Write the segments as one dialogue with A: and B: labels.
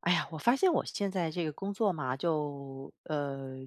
A: 哎呀，我发现我现在这个工作嘛，就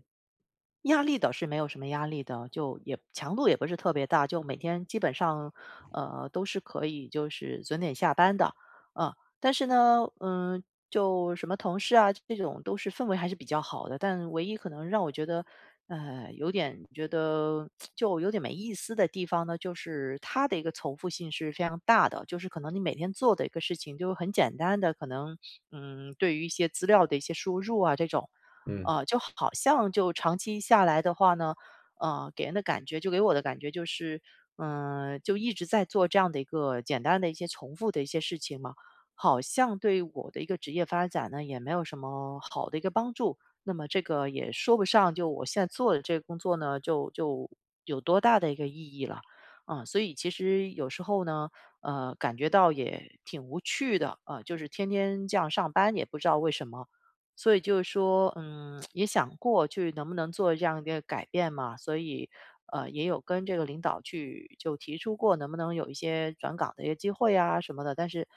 A: 压力倒是没有什么压力的，就也强度也不是特别大，就每天基本上都是可以就是准点下班的，嗯、但是呢，就什么同事啊，这种都是氛围还是比较好的，但唯一可能让我觉得，有点觉得就有点没意思的地方呢，就是它的一个重复性是非常大的，就是可能你每天做的一个事情就很简单的，可能对于一些资料的一些输入啊这种，
B: 嗯
A: 就好像就长期下来的话呢，给人的感觉就给我的感觉就是，嗯、就一直在做这样的一个简单的一些重复的一些事情嘛。好像对我的一个职业发展呢，也没有什么好的一个帮助。那么这个也说不上，就我现在做的这个工作呢，就有多大的一个意义了。啊，所以其实有时候呢，感觉到也挺无趣的，啊，就是天天这样上班，也不知道为什么。所以就是说，也想过去能不能做这样一个改变嘛，所以也有跟这个领导去就提出过，能不能有一些转岗的一个机会啊什么的，但是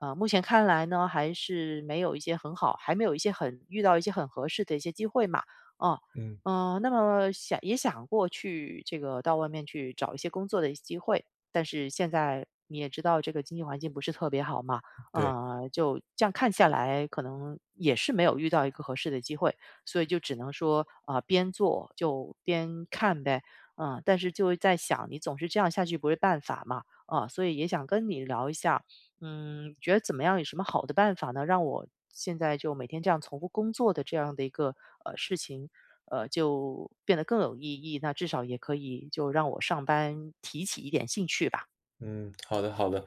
A: 啊，目前看来呢，还是没有一些很好，还没有一些很遇到一些很合适的一些机会嘛，啊，
B: 嗯，
A: 那么想也想过去这个到外面去找一些工作的一些机会，但是现在你也知道这个经济环境不是特别好嘛，
B: 对，
A: 就这样看下来，可能也是没有遇到一个合适的机会，所以就只能说啊、边做就边看呗，嗯、但是就会在想，你总是这样下去不是办法嘛，啊、所以也想跟你聊一下，觉得怎么样？有什么好的办法呢？让我现在就每天这样重复工作的这样的一个事情，就变得更有意义。那至少也可以就让我上班提起一点兴趣吧。
B: 嗯，好的好的，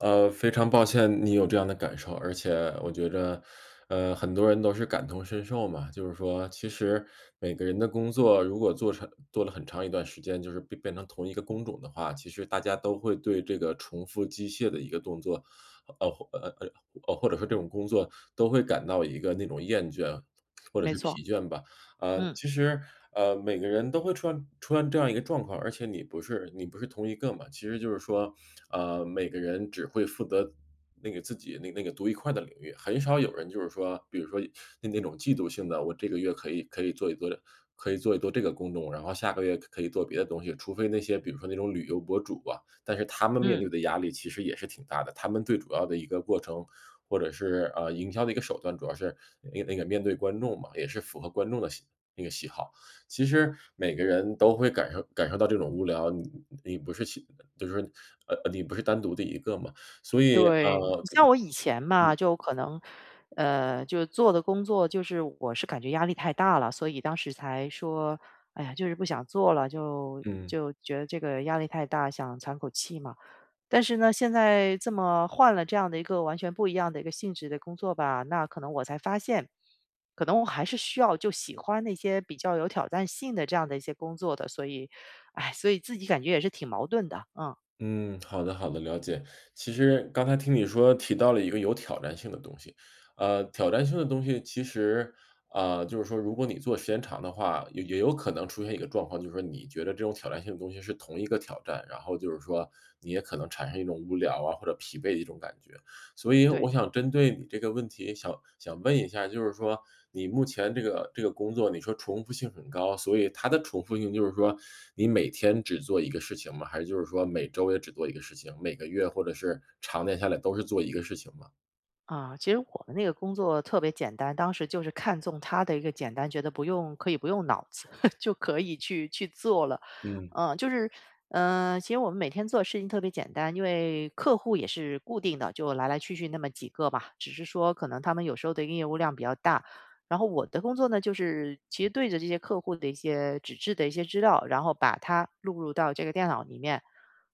B: 非常抱歉你有这样的感受，而且我觉着，很多人都是感同身受嘛。就是说，其实每个人的工作如果做成做了很长一段时间，就是变成同一个工种的话，其实大家都会对这个重复机械的一个动作，呃或呃呃或者说这种工作都会感到一个那种厌倦或者
A: 没
B: 是
A: 错，
B: 疲倦吧。呃，
A: 嗯
B: 其实，每个人都会出现这样一个状况，而且你不是同一个嘛。其实就是说，每个人只会负责那个自己那个独一块的领域，很少有人就是说，比如说那种嫉妒性的，我这个月可以做一做这个工种，然后下个月可以做别的东西，除非那些比如说那种旅游博主啊。但是他们面
A: 嗯，
B: 对的压力其实也是挺大的，他们最主要的一个过程或者是，营销的一个手段，主要是那个面对观众嘛，也是符合观众的喜那个喜好。其实每个人都会感受到这种无聊，你不是其就是，你不是单独的一个嘛。所以，
A: 对。你像我以前嘛，就可能就做的工作就是我是感觉压力太大了，所以当时才说，哎呀，就是不想做了，就
B: 嗯。
A: 就觉得这个压力太大，想喘口气嘛。但是呢，现在这么换了这样的一个完全不一样的一个性质的工作吧，那可能我才发现，可能我还是需要就喜欢那些比较有挑战性的这样的一些工作的，所以，哎，所以自己感觉也是挺矛盾的，嗯，
B: 嗯，好的好的，了解。其实刚才听你说提到了一个有挑战性的东西，挑战性的东西其实，啊，就是说如果你做时间长的话，也有可能出现一个状况，就是说你觉得这种挑战性的东西是同一个挑战，然后就是说你也可能产生一种无聊啊或者疲惫的一种感觉。所以
A: 对。
B: 我想针对你这个问题，想问一下，就是说你目前这个工作，你说重复性很高，所以它的重复性就是说你每天只做一个事情吗？还是就是说每周也只做一个事情，每个月或者是常年下来都是做一个事情吗？
A: 啊，其实我们那个工作特别简单，当时就是看中他的一个简单，觉得不用可以不用脑子 就可以去做了。
B: 嗯
A: 嗯，就是其实我们每天做的事情特别简单，因为客户也是固定的，就来来去去那么几个吧，只是说可能他们有时候的业务量比较大。然后我的工作呢，就是其实对着这些客户的一些纸质的一些资料，然后把它录入到这个电脑里面，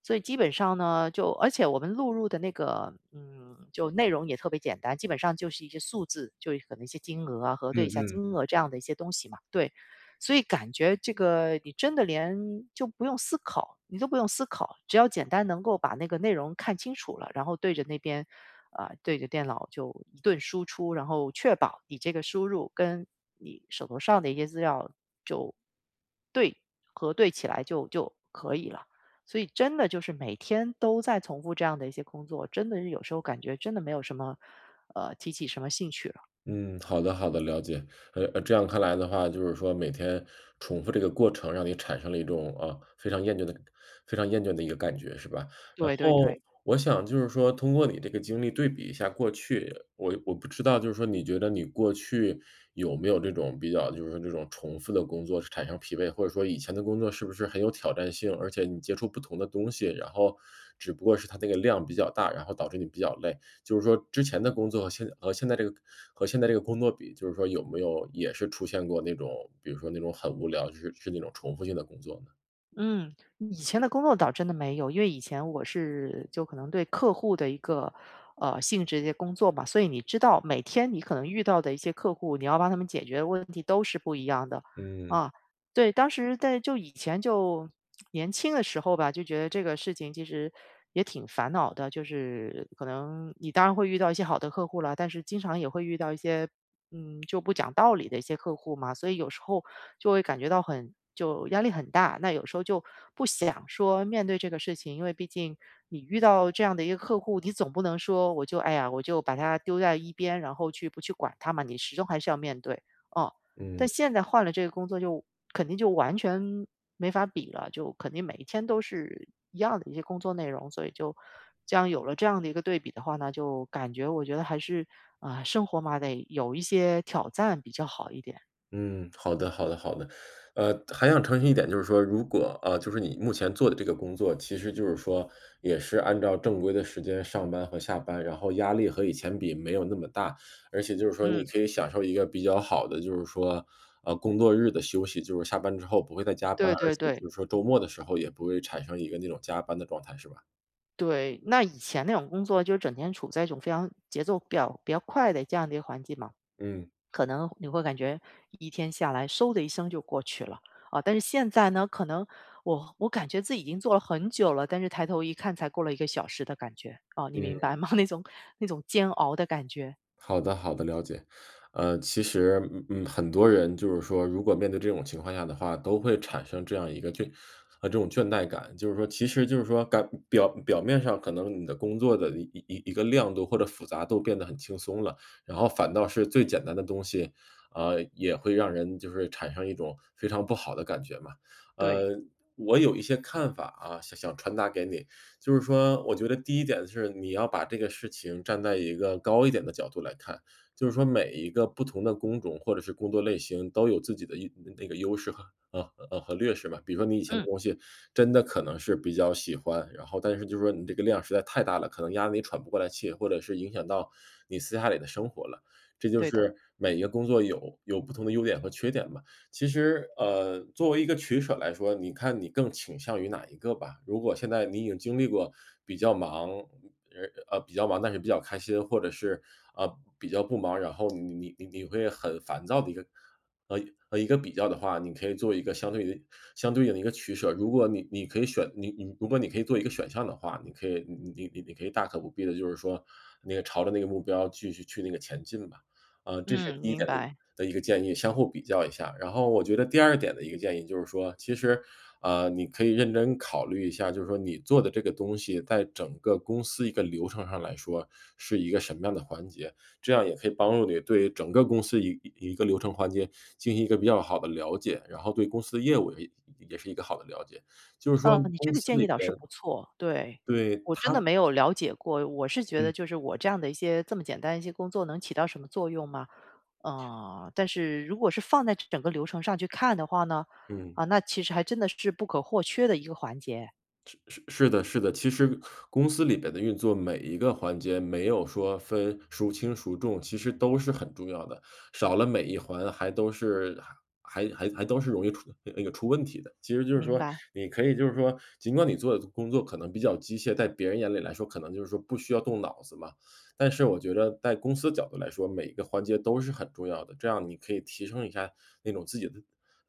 A: 所以基本上呢，就而且我们录入的那个，就内容也特别简单，基本上就是一些数字，就可能一些金额啊，核
B: 嗯
A: 对一下
B: 嗯。
A: 金额这样的一些东西嘛。对，所以感觉这个你真的连就不用思考，你都不用思考，只要简单能够把那个内容看清楚了，然后对着那边，啊、对着电脑就一顿输出，然后确保你这个输入跟你手头上的一些资料就对核对起来就可以了。所以真的就是每天都在重复这样的一些工作，真的是有时候感觉真的没有什么，提起什么兴趣了。
B: 嗯，好的好的，了解。这样看来的话，就是说每天重复这个过程，让你产生了一种啊非常厌倦的、非常厌倦的一个感觉，是吧？然
A: 对对对。
B: 后我想就是说，通过你这个经历对比一下过去，我不知道就是说，你觉得你过去有没有这种比较，就是说这种重复的工作产生疲惫，或者说以前的工作是不是很有挑战性，而且你接触不同的东西，然后只不过是它那个量比较大，然后导致你比较累。就是说之前的工作和现在这个工作比，就是说有没有也是出现过那种，比如说那种很无聊，就是是那种重复性的工作呢？
A: 嗯，以前的工作倒真的没有，因为以前我是就可能对客户的一个性质的一些工作嘛，所以你知道每天你可能遇到的一些客户，你要帮他们解决的问题都是不一样的
B: 嗯
A: 啊。对，当时在就以前就年轻的时候吧，就觉得这个事情其实也挺烦恼的，就是可能你当然会遇到一些好的客户了，但是经常也会遇到一些就不讲道理的一些客户嘛，所以有时候就会感觉到很就压力很大。那有时候就不想说面对这个事情，因为毕竟你遇到这样的一个客户，你总不能说我就哎呀，我就把它丢在一边，然后去不去管他嘛，你始终还是要面对。哦，但
B: 嗯。
A: 现在换了这个工作就肯定就完全没法比了，就肯定每一天都是一样的一些工作内容，所以就这样有了这样的一个对比的话呢，就感觉我觉得还是啊、生活嘛得有一些挑战比较好一点。
B: 嗯，好的好的好的。还想澄清一点，就是说如果啊，呃就是你目前做的这个工作，其实就是说也是按照正规的时间上班和下班，然后压力和以前比没有那么大，而且就是说你
A: 嗯，
B: 可以享受一个比较好的，就是说，工作日的休息，就是下班之后不会再加班，
A: 对
B: 而
A: 对
B: 且
A: 对。
B: 就是说周末的时候也不会产生一个那种加班的状态，是吧？
A: 对，那以前那种工作就整天处在一种非常节奏比较快的这样的一个环境嘛，
B: 嗯
A: 可能你会感觉一天下来，嗖的一声就过去了啊。但是现在呢，可能我感觉自己已经做了很久了，但是抬头一看才过了一个小时的感觉啊，你明
B: 嗯。
A: 白吗？那种煎熬的感觉，
B: 好的，好的，了解。其实,很多人就是说，如果面对这种情况下的话，都会产生这样一个倦，这种倦怠感。就是说，其实就是说，感表面上可能你的工作的一个亮度或者复杂度变得很轻松了，然后反倒是最简单的东西，也会让人就是产生一种非常不好的感觉嘛。
A: 对，
B: 呃，我有一些看法啊，想传达给你。就是说，我觉得第一点是你要把这个事情站在一个高一点的角度来看，就是说每一个不同的工种或者是工作类型都有自己的一那个优势和和劣势嘛。比如说你以前的
A: 嗯，
B: 东西真的可能是比较喜欢，然后但是就是说你这个量实在太大了，可能压得你喘不过来气，或者是影响到你私下里的生活了。这就
A: 对的，
B: 是每一个工作有不同的优点和缺点嘛。其实，作为一个取舍来说，你看你更倾向于哪一个吧？如果现在你已经经历过比较忙，比较忙但是比较开心，或者是比较不忙，然后你会很烦躁的一个，呃一个比较的话，你可以做一个相对应的一个取舍。如果你可以选，如果你可以做一个选项的话，你可以大可不必的，就是说那个朝着那个目标继续去那个前进吧。这是
A: 嗯，
B: 第一
A: 明
B: 点的
A: 白。
B: 的一个建议，相互比较一下。然后我觉得第二点的一个建议就是说，其实，你可以认真考虑一下，就是说你做的这个东西在整个公司一个流程上来说是一个什么样的环节，这样也可以帮助你对整个公司一个流程环节进行一个比较好的了解，然后对公司的业务也是一个好的了解。就是说
A: 你这
B: 公
A: 个
B: 司
A: 建
B: 里
A: 议倒
B: 边
A: 是不错，对。
B: 对
A: 我真
B: 他，
A: 的没有了解过，我是觉得
B: 嗯，
A: 就是我这样的一些这么简单一些工作能起到什么作用吗？但是如果是放在整个流程上去看的话呢，
B: 嗯。
A: 啊，那其实还真的是不可或缺的一个环节，
B: 是的,是的，其实公司里边的运作每一个环节没有说分孰轻孰重，其实都是很重要的，少了每一环还都是还还还都是容易出出问题的。其实就是
A: 明
B: 说，
A: 白。
B: 你可以就是说，尽管你做的工作可能比较机械，在别人眼里来说可能就是说不需要动脑子嘛，但是我觉得在公司角度来说，每一个环节都是很重要的，这样你可以提升一下那种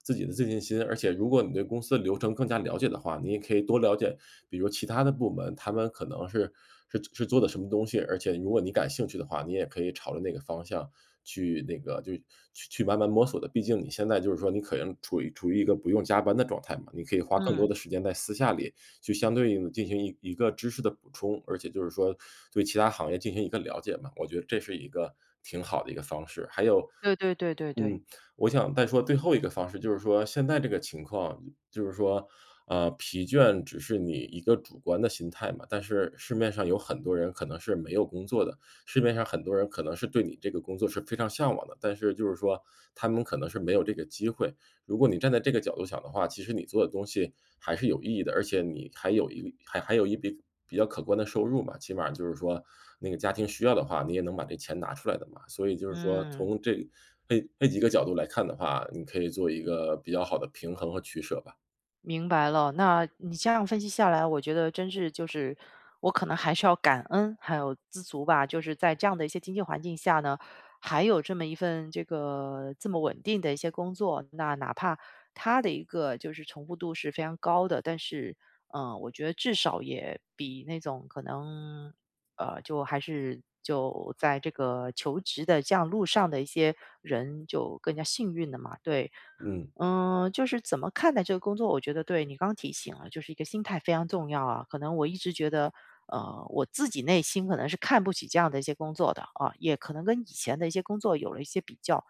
B: 自己的自信心。而且如果你对公司的流程更加了解的话，你也可以多了解，比如其他的部门，他们可能是做的什么东西，而且如果你感兴趣的话，你也可以朝着那个方向去那个就去去慢慢摸索的。毕竟你现在就是说你可能处于一个不用加班的状态嘛，你可以花更多
A: 嗯，
B: 的时间在私下里去相对应的进行一个知识的补充，而且就是说对其他行业进行一个了解嘛，我觉得这是一个挺好的一个方式。还有
A: 对对对对对，
B: 嗯，我想再说最后一个方式，就是说现在这个情况，就是说，疲倦只是你一个主观的心态嘛，但是市面上有很多人可能是没有工作的，市面上很多人可能是对你这个工作是非常向往的，但是就是说他们可能是没有这个机会。如果你站在这个角度想的话，其实你做的东西还是有意义的，而且你还有一个还有一笔比较可观的收入嘛，起码就是说那个家庭需要的话，你也能把这钱拿出来的嘛。所以就是说
A: 嗯。
B: 从这几个角度来看的话，你可以做一个比较好的平衡和取舍吧。
A: 明白了，那你这样分析下来，我觉得真是就是我可能还是要感恩，还有知足吧。就是在这样的一些经济环境下呢，还有这么一份这个这么稳定的一些工作，那哪怕他的一个就是重复度是非常高的，但是我觉得至少也比那种可能就还是就在这个求职的这样路上的一些人就更加幸运的嘛，对。
B: 嗯，
A: 嗯，就是怎么看待这个工作，我觉得对你刚提醒了，就是一个心态非常重要啊。可能我一直觉得，我自己内心可能是看不起这样的一些工作的啊，也可能跟以前的一些工作有了一些比较。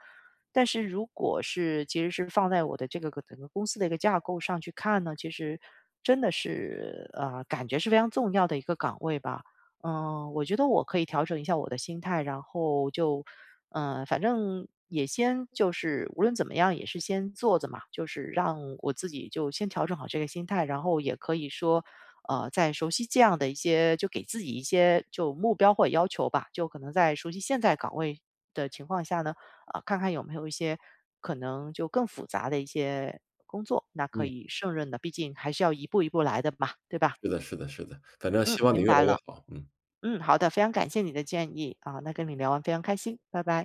A: 但是如果是其实是放在我的这个整个公司的一个架构上去看呢，其实真的是感觉是非常重要的一个岗位吧。嗯，我觉得我可以调整一下我的心态，然后就，反正也先就是无论怎么样也是先做着嘛，就是让我自己就先调整好这个心态，然后也可以说，在熟悉这样的一些就给自己一些就目标或者要求吧，就可能在熟悉现在岗位的情况下呢，啊、看看有没有一些可能就更复杂的一些工作，那可
B: 嗯。
A: 以胜任的，毕竟还是要一步一步来的嘛，对吧？
B: 是的,是的,是的，反正
A: 嗯，
B: 希望你
A: 明
B: 越
A: 白
B: 来越
A: 了。
B: 好，嗯。
A: 嗯，好的，非常感谢你的建议啊，那跟你聊完非常开心，拜拜。